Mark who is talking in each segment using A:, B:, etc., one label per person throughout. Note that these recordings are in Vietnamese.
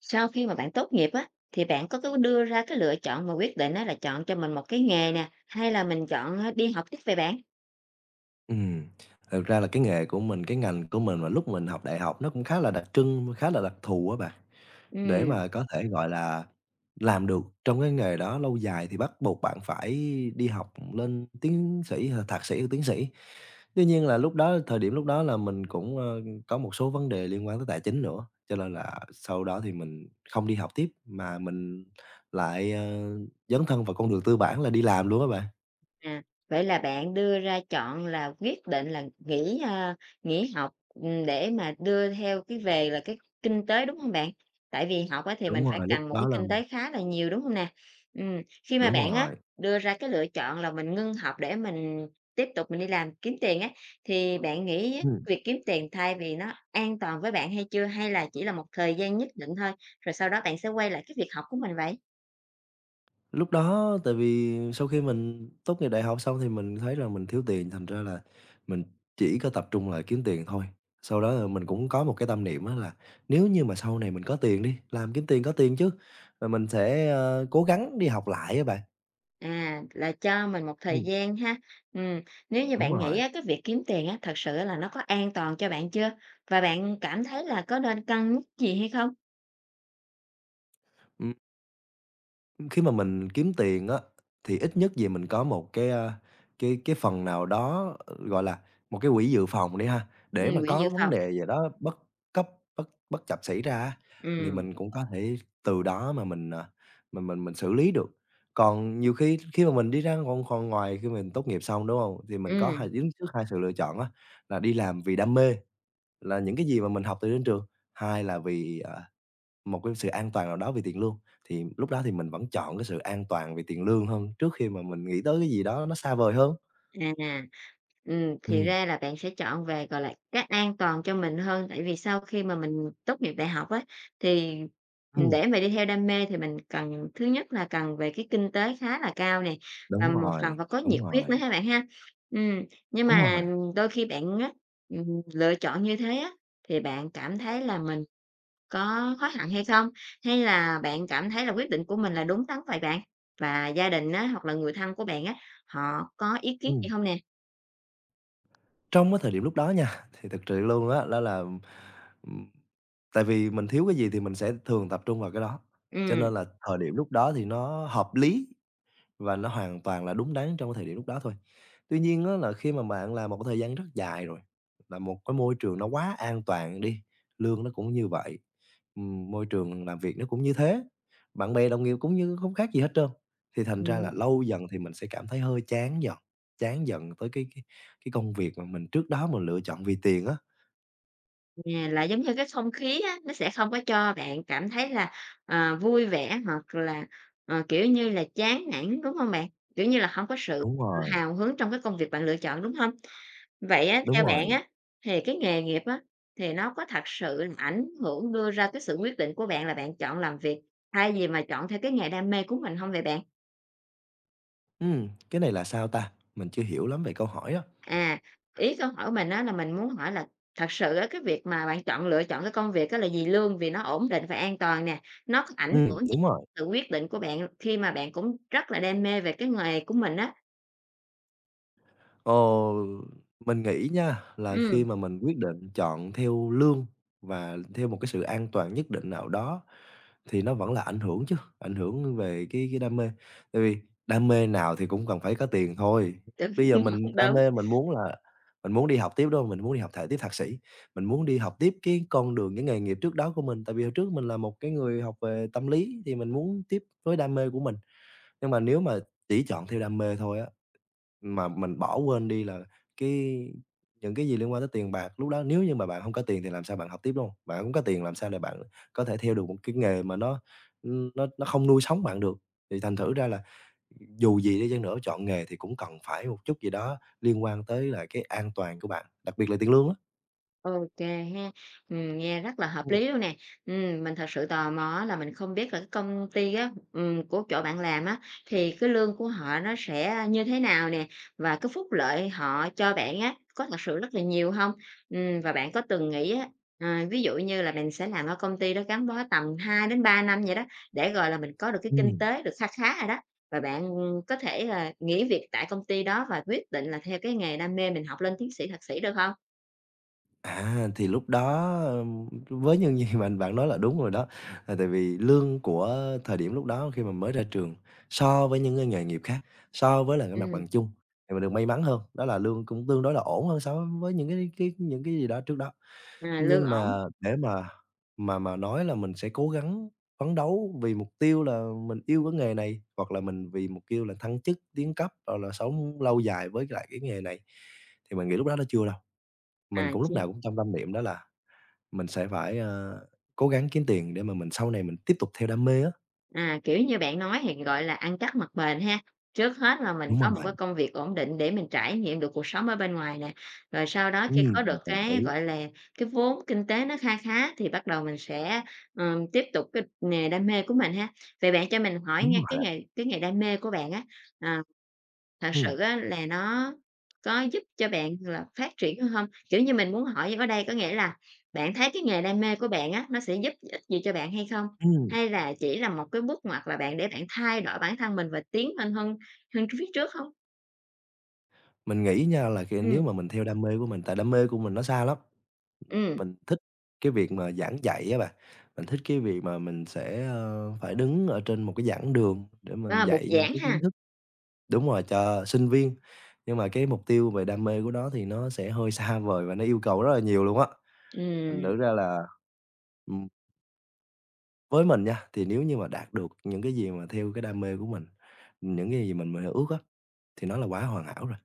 A: Sau khi mà bạn tốt nghiệp á, thì bạn có cái đưa ra cái lựa chọn mà quyết định á là chọn cho mình một cái nghề nè, hay là mình chọn, đi học tiếp về bạn?
B: Ừm, Thực ra là cái nghề của mình, cái ngành của mình mà lúc mình học đại học nó cũng khá là đặc trưng, khá là đặc thù á bạn. Để
A: Ừm.
B: mà có thể, gọi là, làm được trong cái nghề đó lâu dài thì bắt buộc bạn phải đi học lên tiến sĩ hoặc thạc sĩ hoặc tiến sĩ. Tuy nhiên là lúc đó thời điểm lúc đó là mình cũng, có một số vấn đề liên quan tới tài chính nữa, cho nên là sau đó thì mình không đi học tiếp mà mình lại, dấn thân vào con đường tư bản là đi làm luôn á bạn.
A: À, vậy là bạn đưa ra chọn là quyết định là nghỉ, nghỉ học, để mà đưa theo cái về là cái kinh tế, đúng không bạn? Tại vì học á thì mình
B: Đúng
A: phải
B: rồi, lúc
A: cần một cái
B: đó là
A: kinh tế khá là nhiều, đúng không nè? Ừm, khi mà
B: đúng
A: bạn á,
B: rồi.
A: đưa ra cái lựa chọn là mình ngưng học để mình tiếp tục mình đi làm kiếm tiền á, thì bạn nghĩ á, việc kiếm tiền thay vì nó an toàn với bạn hay chưa? Hay là chỉ là một thời gian nhất định thôi, rồi sau đó bạn sẽ quay lại cái việc học của mình vậy?
B: Lúc đó tại vì sau khi mình tốt nghiệp đại học xong thì mình thấy là mình thiếu tiền, thành ra là mình chỉ có tập trung là kiếm tiền thôi. Sau đó là mình cũng có một cái tâm niệm á là nếu như mà sau này mình có tiền đi, làm kiếm tiền có tiền chứ, rồi mình sẽ, cố gắng đi học lại á bạn.
A: À, là cho mình một thời
B: Ừm,
A: gian ha. Ừm, nếu như
B: đúng
A: bạn nghĩ
B: rồi.
A: á, cái việc kiếm tiền á, thật sự là nó có an toàn cho bạn chưa? Và bạn cảm thấy là có nên cân nhắc gì hay không?
B: Ừm. Khi mà mình kiếm tiền á, thì ít nhất gì mình có một cái, cái phần nào đó, gọi là, một cái quỹ dự phòng đi ha, để mà
A: Quỹ
B: có
A: dự
B: vấn
A: phòng.
B: đề gì đó bất cấp, bất bất trập xảy ra á, thì
A: Ừm.
B: mình cũng có thể từ đó mà mình, à, mình mình xử lý được. Còn nhiều khi khi mà mình đi ra còn còn ngoài khi mình tốt nghiệp xong, đúng không? Thì mình có
A: Ừm.
B: đứng trước hai sự lựa chọn á, là đi làm vì đam mê, là những cái gì mà mình học từ đến trường, hai là vì một cái sự an toàn nào đó về tiền lương, thì lúc đó thì mình vẫn chọn cái sự an toàn về tiền lương hơn, trước khi mà mình nghĩ tới cái gì đó nó xa vời hơn.
A: À, thì
B: Ừm,
A: ra là bạn sẽ chọn về, gọi là, cách an toàn cho mình hơn, tại vì sau khi mà mình tốt nghiệp đại học á, thì
B: ừm,
A: để mà đi theo đam mê thì mình cần thứ nhất là cần về cái kinh tế khá là cao nè, và
B: đúng
A: một phần
B: rồi,
A: phải có nhiệt
B: đúng
A: huyết
B: rồi,
A: nữa ha bạn ha. Ừm, nhưng
B: đúng
A: mà
B: rồi,
A: đôi khi bạn á, ừm, lựa chọn như thế á, thì bạn cảm thấy là mình có hối hận hay không? Hay là bạn cảm thấy là quyết định của mình là đúng đắn vậy bạn? Và gia đình á, hoặc là người thân của bạn á, họ có ý kiến gì
B: ừm.
A: không nè?
B: Trong cái thời điểm lúc đó nha, thì thực sự luôn á, đó là, ừm, tại vì mình thiếu cái gì thì mình sẽ thường tập trung vào cái đó, cho
A: Ừm,
B: nên là thời điểm lúc đó thì nó hợp lý. Và nó hoàn toàn là đúng đắn trong cái thời điểm lúc đó thôi. Tuy nhiên á là khi mà bạn làm một cái thời gian rất dài rồi, là một cái môi trường nó quá an toàn đi, lương nó cũng như vậy, môi trường làm việc nó cũng như thế, bạn bè đồng nghiệp cũng như không khác gì hết trơn, thì thành ra là
A: Ừm.
B: lâu dần thì mình sẽ cảm thấy hơi chán dần tới cái công việc mà mình trước đó mình lựa chọn vì tiền á.
A: À, là giống như cái không khí á, nó sẽ không có cho bạn cảm thấy là, ờ, vui vẻ hoặc là, ờ, kiểu như là, chán nản, đúng hông bạn? Kiểu như là, hổng có sự
B: Đúng rồi,
A: hào hứng trong cái công việc bạn lựa chọn, đúng hông? Vậy á,
B: đúng
A: theo bạn
B: rồi.
A: á, thì cái nghề nghiệp á, thì nó có thật sự là ảnh hưởng đưa ra cái sự quyết định của bạn là bạn chọn làm việc thay vì mà chọn theo cái nghề đam mê của mình hông vậy bạn?
B: Cái này là sao ta? Mình chưa hiểu lắm về câu hỏi á.
A: À, ý câu hỏi của mình á là mình muốn hỏi là thật sự á cái việc mà bạn chọn lựa chọn cái công việc á là vì lương, vì nó ổn định và an toàn nè, nó có
B: Ừ,
A: ảnh hưởng gì
B: đúng rồi.
A: sự quyết định của bạn khi mà bạn cũng rất là đam mê về cái nghề của mình á?
B: Ờ, mình nghĩ nha, là khi
A: Ừm,
B: mà mình quyết định chọn theo lương và theo một cái sự an toàn nhất định nào đó thì nó vẫn là ảnh hưởng chứ, ảnh hưởng về cái đam mê. Tại vì đam mê nào thì cũng cần phải có tiền thôi.
A: đúng,
B: Bây giờ mình đam
A: đúng.
B: mê mình muốn đi học tiếp, đúng hông? Mình muốn đi học tiếp thạc sĩ, mình muốn đi học tiếp cái con đường, cái nghề nghiệp trước đó của mình. Tại vì hồi trước mình là một cái người học về tâm lý thì mình muốn tiếp với đam mê của mình. Nhưng mà nếu mà chỉ chọn theo đam mê thôi á mà mình bỏ quên đi là cái những cái gì liên quan tới tiền bạc, lúc đó nếu như mà bạn không có tiền thì làm sao bạn học tiếp, đúng hông? Bạn không có tiền làm sao để bạn có thể theo được một cái nghề mà nó không nuôi sống bạn được. Thì thành thử ra là dù gì đi chăng nữa chọn nghề thì cũng cần phải một chút gì đó liên quan tới là cái an toàn của bạn, đặc biệt là tiền lương á.
A: OK ha, nghe rất là hợp
B: Ừm.
A: lý luôn nè. Mình thật sự tò mò á là mình không biết là cái công ty á, của chỗ bạn làm á, thì cái lương của họ nó sẽ như thế nào nè? Và cái phúc lợi họ cho bạn á, có thật sự rất là nhiều không? Và bạn có từng nghĩ á, ví dụ như là mình sẽ làm ở công ty đó gắn bó tầm hai đến ba năm vậy đó, để, gọi là, mình có được cái kinh
B: Ừm.
A: tế được kha khá rồi đó, và bạn có thể là nghỉ việc tại công ty đó và quyết định là theo cái nghề đam mê mình học lên tiến sĩ, thạc sĩ được không?
B: À, thì lúc đó, với những gì mà bạn nói là đúng rồi đó. Là tại vì lương của thời điểm lúc đó khi mà mới ra trường, so với những cái nghề nghiệp khác, so với là cái mặt
A: Ừm.
B: bằng chung, thì mình được may mắn hơn, đó là lương cũng tương đối là ổn hơn so với những cái những cái gì đó trước đó.
A: À, lương
B: Nhưng
A: ổn,
B: mà để mà nói là mình sẽ cố gắng phấn đấu vì mục tiêu là mình yêu cái nghề này, hoặc là mình vì mục tiêu là thăng chức, tiến cấp, hoặc là sống lâu dài với lại cái nghề này, thì mình nghĩ lúc đó nó chưa đâu. Mình
A: à,
B: cũng lúc nào
A: chi
B: cũng trong tâm niệm đó là mình sẽ phải, cố gắng kiếm tiền để mà mình sau này mình tiếp tục theo đam mê á.
A: à, kiểu như bạn nói thì, gọi là, ăn chắc mặc bền ha. Trước hết là mình
B: Đúng
A: có một
B: rồi,
A: cái công việc ổn định để mình trải nghiệm được cuộc sống ở bên ngoài nè, rồi sau đó khi có được
B: hoàn toàn đồng ý.
A: cái, gọi là, cái vốn kinh tế nó kha khá thì bắt đầu mình sẽ, tiếp tục cái nghề đam mê của mình ha. Vậy bạn cho mình hỏi
B: Đúng
A: nghe
B: rồi,
A: cái nghề đam mê của bạn á, ờ, thật
B: ừm,
A: sự á là nó có giúp cho bạn là phát triển hơn không? Kiểu như, mình muốn hỏi ở đây có nghĩa là bạn thấy cái nghề đam mê của bạn á, nó sẽ giúp ích gì cho bạn hay không?
B: ừm.
A: Hay là chỉ là một cái bước ngoặt là bạn để bạn thay đổi bản thân mình và tiến lên hơn hơn phía trước không?
B: Mình nghĩ nha là khi
A: Ừ.
B: nếu mà mình theo đam mê của mình tại đam mê của mình nó xa lắm,
A: Ừ.
B: mình thích cái việc mà giảng dạy á bạn, mình thích cái việc mà mình sẽ, phải đứng ở trên một cái giảng đường để mình
A: À, bục
B: dạy những
A: giảng
B: cái kiến
A: ha.
B: thức đúng rồi, cho sinh viên. Nhưng mà cái mục tiêu về đam mê của nó thì nó sẽ hơi xa vời và nó yêu cầu rất là nhiều luôn á, thành thử
A: Ừ.
B: ra là với mình nha, thì nếu như mà đạt được những cái gì mà theo cái đam mê của mình, những cái gì mình ước á, thì nó là quá hoàn hảo rồi.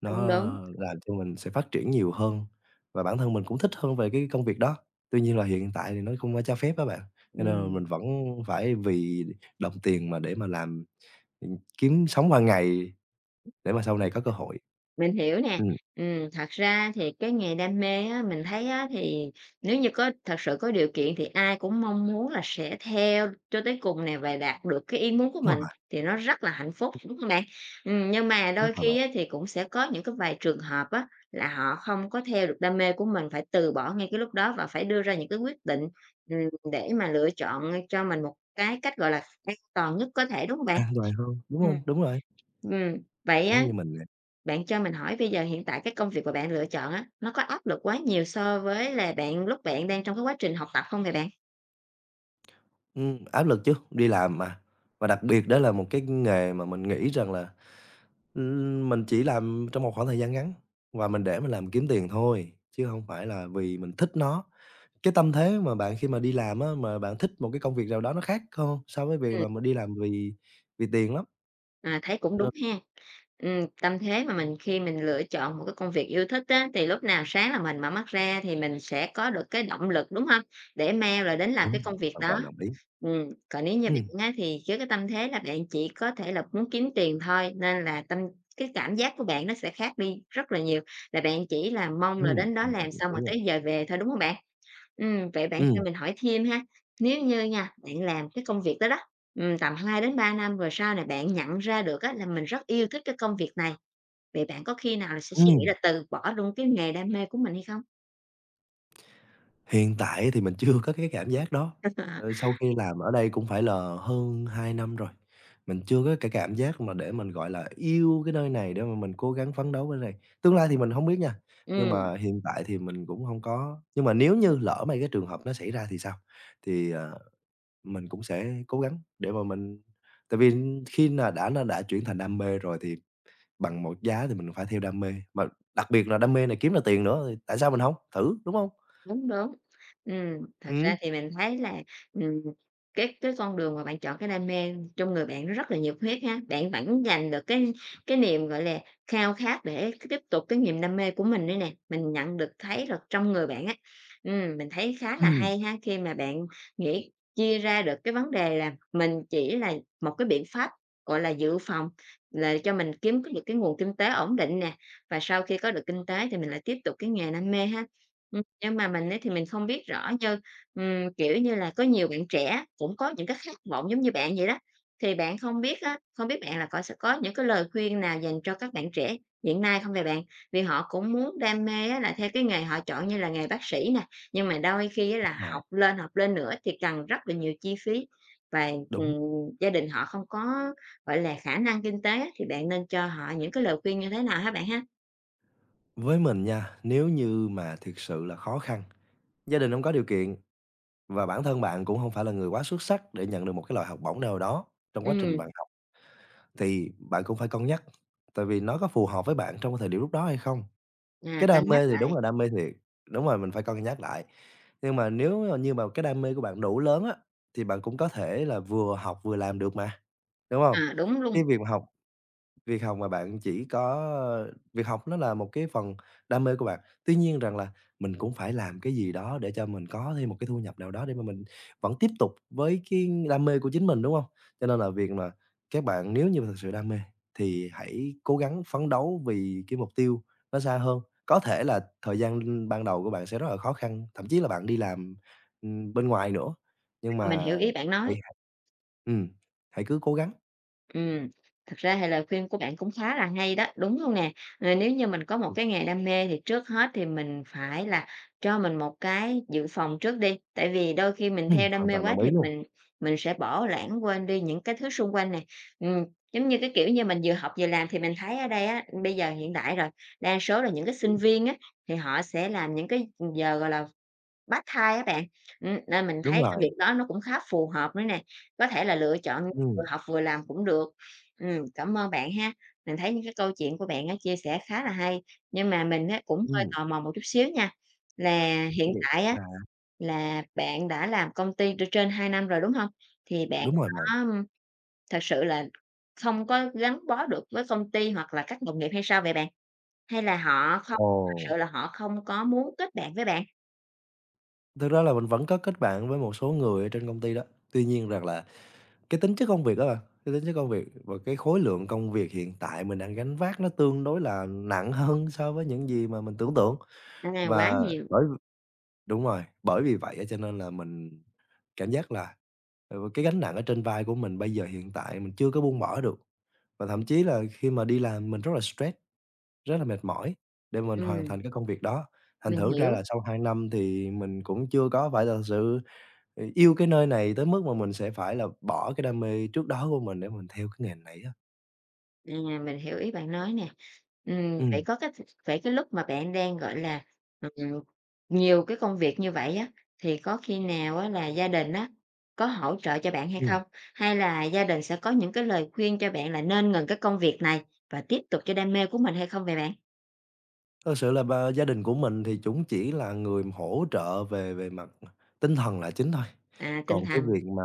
B: Nó
A: Đúng, đúng.
B: làm cho mình sẽ phát triển nhiều hơn và bản thân mình cũng thích hơn về cái công việc đó. Tuy nhiên là hiện tại thì nó không có cho phép á bạn, cho nên là mình
A: Ừm.
B: vẫn phải vì đồng tiền mà để mà làm, ừ, kiếm sống hàng ngày để mà sau này có cơ hội.
A: Mình hiểu nè.
B: Ừm,
A: Thật ra thì cái nghề đam mê á, mình thấy á, thì nếu như có thật sự có điều kiện thì ai cũng mong muốn là sẽ theo cho tới cùng nè và đạt được cái ý muốn của
B: đúng
A: mình
B: rồi,
A: thì nó rất là hạnh phúc, đúng không bạn? Nhưng mà
B: đúng
A: đôi
B: rồi
A: khi
B: bạn,
A: á, thì cũng sẽ có những cái vài trường hợp á, là họ không có theo được đam mê của mình, phải từ bỏ ngay cái lúc đó và phải đưa ra những cái quyết định, ừm, để mà lựa chọn cho mình một cái cách, gọi là, an toàn nhất có thể, đúng không bạn?
B: an toàn hơn, đúng
A: Ừm,
B: không? Đúng rồi,
A: ừm, vậy
B: giống
A: á
B: như mình nè.
A: bạn cho mình hỏi bây giờ hiện tại cái công việc của bạn lựa chọn á, nó có áp lực quá nhiều so với là bạn lúc bạn đang trong cái quá trình học tập không vậy bạn?
B: Áp lực chứ, đi làm mà, và đặc biệt đó là một cái nghề mà mình nghĩ rằng là ừm, mình chỉ làm trong một khoảng thời gian ngắn và mình để mình làm kiếm tiền thôi, chứ hông phải là vì mình thích nó. Cái tâm thế mà bạn khi mà đi làm á, mà bạn thích một cái công việc nào đó nó khác hơn so với việc
A: Ừm.
B: là mình đi làm vì vì tiền lắm.
A: À, thấy cũng đúng
B: Nó
A: ha. Tâm thế mà mình khi mình lựa chọn một cái công việc yêu thích á, thì lúc nào sáng là mình mở mắt ra thì mình sẽ có được cái động lực, đúng không? Để mau là đến làm cái
B: Đúng rồi,
A: công việc
B: hoàn toàn
A: đó.
B: đồng ý.
A: Còn nếu như
B: Ừm,
A: bạn á, thì với cái tâm thế là bạn chỉ có thể là muốn kiếm tiền thôi, nên là cái cảm giác của bạn nó sẽ khác đi rất là nhiều, là bạn chỉ là mong là đến đó
B: đồng
A: làm xong
B: ý
A: rồi
B: luôn.
A: tới giờ về thôi, đúng không bạn? Vậy bạn cho
B: Ừm,
A: mình hỏi thêm ha, nếu như nha, bạn làm cái công việc đó đó, tầm 2-3 năm rồi sau này bạn nhận ra được á là mình rất yêu thích cái công việc này, vậy bạn có khi nào là sẽ suy nghĩ
B: ừm.
A: là từ bỏ luôn cái nghề đam mê của mình hay không?
B: Hiện tại thì mình chưa có cái cảm giác đó, ờ, sau khi làm ở đây cũng phải là hơn 2 năm rồi, mình chưa có cái cảm giác mà để mình, gọi là, yêu cái nơi này để mà mình cố gắng phấn đấu với này. Tương lai thì mình không biết nha, nhưng
A: Ừm.
B: mà hiện tại thì mình cũng không có, nhưng mà nếu như lỡ may cái trường hợp nó xảy ra thì sao? Thì, mình cũng sẽ cố gắng để mà mình tại vì khi là đã nó đã chuyển thành đam mê rồi thì bằng một giá thì mình phải theo đam mê, mà đặc biệt là đam mê này kiếm ra tiền nữa thì tại sao mình không thử, đúng không?
A: Đúng, đúng. Thật
B: Ừm, ừm,
A: ra thì mình thấy là, ừm, cái con đường mà bạn chọn, cái đam mê trong người bạn nó rất là nhiệt huyết ha, bạn vẫn giành được cái niềm, gọi là, khao khát để cứ tiếp tục cái niềm đam mê của mình đây nè, mình nhận được thấy được trong người bạn á. Mình thấy khá là hay ha, khi mà bạn nghĩ chia ra được cái vấn đề là mình chỉ là một cái biện pháp, gọi là, dự phòng, là cho mình kiếm có được cái nguồn kinh tế ổn định nè, và sau khi có được kinh tế thì mình lại tiếp tục cái nghề đam mê ha. Nhưng mà mình á thì mình không biết rõ như, kiểu như là, có nhiều bạn trẻ cũng có những cái khát vọng giống như bạn vậy đó, thì bạn không biết á, không biết bạn là có sẽ có những cái lời khuyên nào dành cho các bạn trẻ hiện nay không về bạn? Vì họ cũng muốn đam mê á là theo cái nghề họ chọn như là nghề bác sĩ nè, nhưng mà đôi khi á là học lên nữa thì cần rất là nhiều chi phí và,
B: Đúng.
A: gia đình họ không có, gọi là, khả năng kinh tế á, thì bạn nên cho họ những cái lời khuyên như thế nào hả bạn ha?
B: Với mình nha, nếu như mà thực sự là khó khăn, gia đình không có điều kiện và bản thân bạn cũng không phải là người quá xuất sắc để nhận được một cái loại học bổng nào đó trong quá trình
A: Ừm,
B: bạn học, thì bạn cũng phải cân nhắc, tại vì nó có phù hợp với bạn trong cái thời điểm lúc đó hay không? Cái
A: à,
B: đam
A: cân nhắc
B: mê thì đúng
A: lại.
B: là đam mê thiệt, đúng rồi, mình phải cân nhắc lại. Nhưng mà nếu như mà cái đam mê của bạn đủ lớn á, thì bạn cũng có thể là vừa học vừa làm được mà, đúng không?
A: À, đúng
B: Cái
A: luôn.
B: việc mà học Việc học mà bạn chỉ có việc học nó là một cái phần đam mê của bạn, tuy nhiên rằng là mình cũng phải làm cái gì đó để cho mình có thêm một cái thu nhập nào đó để mà mình vẫn tiếp tục với cái đam mê của chính mình, đúng không? Cho nên là việc mà các bạn nếu như mà thực sự đam mê thì hãy cố gắng phấn đấu vì cái mục tiêu nó xa hơn. Có thể là thời gian ban đầu của bạn sẽ rất là khó khăn, thậm chí là bạn đi làm, bên ngoài nữa, nhưng
A: Ờ, mình
B: mà
A: hiểu ý bạn
B: hãy
A: nói.
B: hãy hãy cứ cố gắng.
A: Ừm, thật ra thì lời khuyên của bạn cũng khá là hay đó, đúng không nè. Ờ, nếu như mình có một
B: Ừm,
A: cái nghề đam mê thì trước hết thì mình phải là cho mình một cái dự phòng trước đi, tại vì đôi khi mình theo đam
B: hoàn
A: mê
B: toàn
A: quá
B: đồng ý
A: thì
B: luôn.
A: mình sẽ bỏ lãng quên đi những cái thứ xung quanh này. Ừm, giống như cái kiểu như mình vừa học vừa làm thì mình thấy ở đây á, bây giờ hiện đại rồi, đa số là những cái sinh viên á, thì họ sẽ làm những cái giờ, gọi là, bắt thai á bạn, nên mình
B: Đúng
A: thấy cái
B: rồi,
A: việc đó nó cũng khá phù hợp nữa nè, có thể là lựa chọn vừa
B: ừm,
A: học vừa làm cũng được. Cảm ơn bạn ha, mình thấy những cái câu chuyện của bạn á chia sẻ khá là hay, nhưng mà mình á cũng hơi
B: ừm,
A: tò mò một chút xíu nha, là hiện
B: vậy
A: tại á
B: là
A: là bạn đã làm công ty trên 2 năm rồi, đúng hông? Thì bạn
B: đúng rồi bạn.
A: có, thật sự là không có gắn bó được với công ty hoặc là các đồng nghiệp hay sao vậy bạn? Hay là họ không thật
B: Ồ,
A: sự là họ không có muốn kết bạn với bạn?
B: thực ra là mình vẫn có kết bạn với một số người ở trên công ty đó. Tuy nhiên rằng là cái tính chất công việc đó, bạn, cái tính chất công việc và cái khối lượng công việc hiện tại mình đang gánh vác nó tương đối là nặng hơn so với những gì mà mình tưởng tượng.
A: À,
B: Và
A: quá nhiều.
B: bởi đúng rồi, bởi vì vậy á cho nên là mình cảm giác là, cái gánh nặng ở trên vai của mình bây giờ hiện tại mình chưa có buông bỏ được, và thậm chí là khi mà đi làm mình rất là stress. Rất là mệt mỏi để mình hoàn
A: Ừm,
B: thành cái công việc đó. Thành
A: mình
B: thử ra là
A: hiểu,
B: sau 2 năm thì mình cũng chưa có phải là sự, yêu cái nơi này tới mức mà mình sẽ phải là bỏ cái đam mê trước đó của mình để mình theo cái nghề này á.
A: à, mình hiểu ý bạn nói nè. Ừm, vậy
B: Ừm,
A: có cái vậy cái lúc mà bạn đang, gọi là, ừm, nhiều cái công việc như vậy á, thì có khi nào á là gia đình á, có hỗ trợ cho bạn hay không? Hay là gia đình sẽ có những cái lời khuyên cho bạn là nên ngừng cái công việc này và tiếp tục cho đam mê của mình hay không vậy bạn?
B: Thật sự là bà gia đình của mình thì chúng chỉ là người hỗ trợ về về mặt tinh thần là chính thôi,
A: À, tinh
B: còn cái
A: thần.
B: việc mà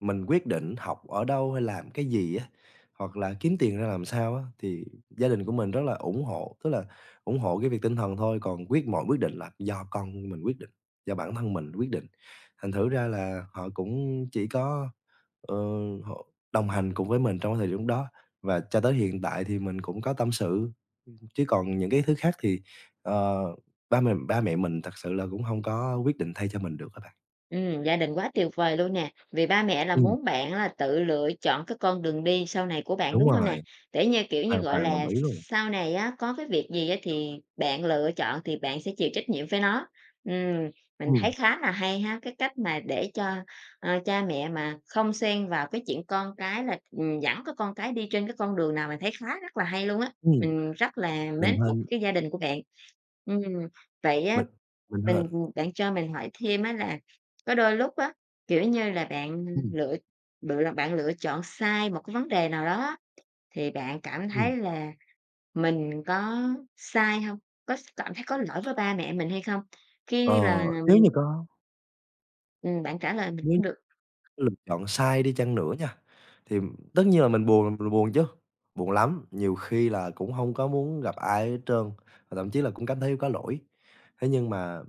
B: mình quyết định học ở đâu hay làm cái gì á, hoặc là kiếm tiền ra làm sao á, thì gia đình của mình rất là ủng hộ, tức là ủng hộ cái việc tinh thần thôi, còn mọi quyết định là do con mình quyết định, do bản thân mình quyết định. Thành thử ra là họ cũng chỉ có, ờ, họ đồng hành cùng với mình trong cái thời điểm đó, và cho tới hiện tại thì mình cũng có tâm sự. Chứ còn những cái thứ khác thì, ờ, ba mẹ mình thật sự là cũng hông có quyết định thay cho mình được á bạn.
A: Gia đình quá tuyệt vời luôn nè, vì ba mẹ là
B: Ừm,
A: muốn bạn là tự lựa chọn cái con đường đi sau này của bạn,
B: đúng
A: đúng không nè?
B: rồi,
A: Để như, kiểu như,
B: hoàn
A: gọi
B: toàn đồng
A: là,
B: ý luôn.
A: sau này á, có cái việc gì á thì bạn lựa chọn thì bạn sẽ chịu trách nhiệm với nó. Ừm, mình
B: Ừm,
A: thấy khá là hay ha, cái cách mà để cho, ờ, cha mẹ mà không xen vào cái chuyện con cái là, dẫn cái con cái đi trên cái con đường nào mình thấy khá rất là hay luôn á.
B: ừm,
A: Mình rất là
B: mình
A: mến phục
B: hên
A: cái gia đình của bạn. Ừm, vậy á
B: mình mình hên
A: mình bạn cho mình hỏi thêm á là có đôi lúc á, kiểu như là,
B: ừm,
A: lựa bạn lựa chọn sai một cái vấn đề nào đó, thì bạn cảm
B: ừm.
A: thấy là mình có sai hông? Có cảm thấy có lỗi với ba mẹ mình hay không? Khi
B: Ờ,
A: là,
B: nếu như có
A: bạn trả lời mình
B: nếu
A: cũng được.
B: lựa chọn sai đi chăng nữa nha, thì tất nhiên là mình buồn chứ, buồn lắm, nhiều khi là cũng hông có muốn gặp ai hết trơn, và thậm chí là cũng cảm thấy có lỗi. Thế nhưng mà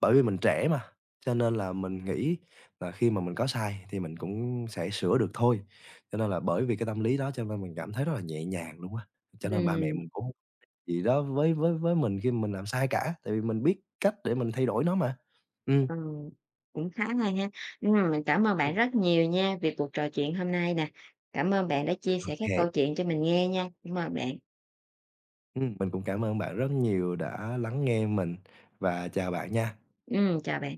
B: Bởi vì mình trẻ mà, cho nên là mình nghĩ là khi mà mình có sai thì mình cũng sẽ sửa được thôi. Cho nên là bởi vì cái tâm lý đó cho nên mình cảm thấy rất là nhẹ nhàng luôn á, cho nên ba mẹ
A: Ừm,
B: mình cũng không gì đó với với mình khi mình làm sai cả, tại vì mình biết cách để mình thay đổi nó mà. Ừm.
A: ừ, cũng khá hay ha. Mình cảm ơn bạn
B: Ừm.
A: rất nhiều nha vì cuộc trò chuyện hôm nay nè. Cảm ơn bạn đã chia
B: Ô
A: sẻ cái
B: kê,
A: câu chuyện cho mình nghe nha. Cảm ơn bạn.
B: mình cũng cảm ơn bạn rất nhiều đã lắng nghe mình và chào bạn nha.
A: Chào bạn.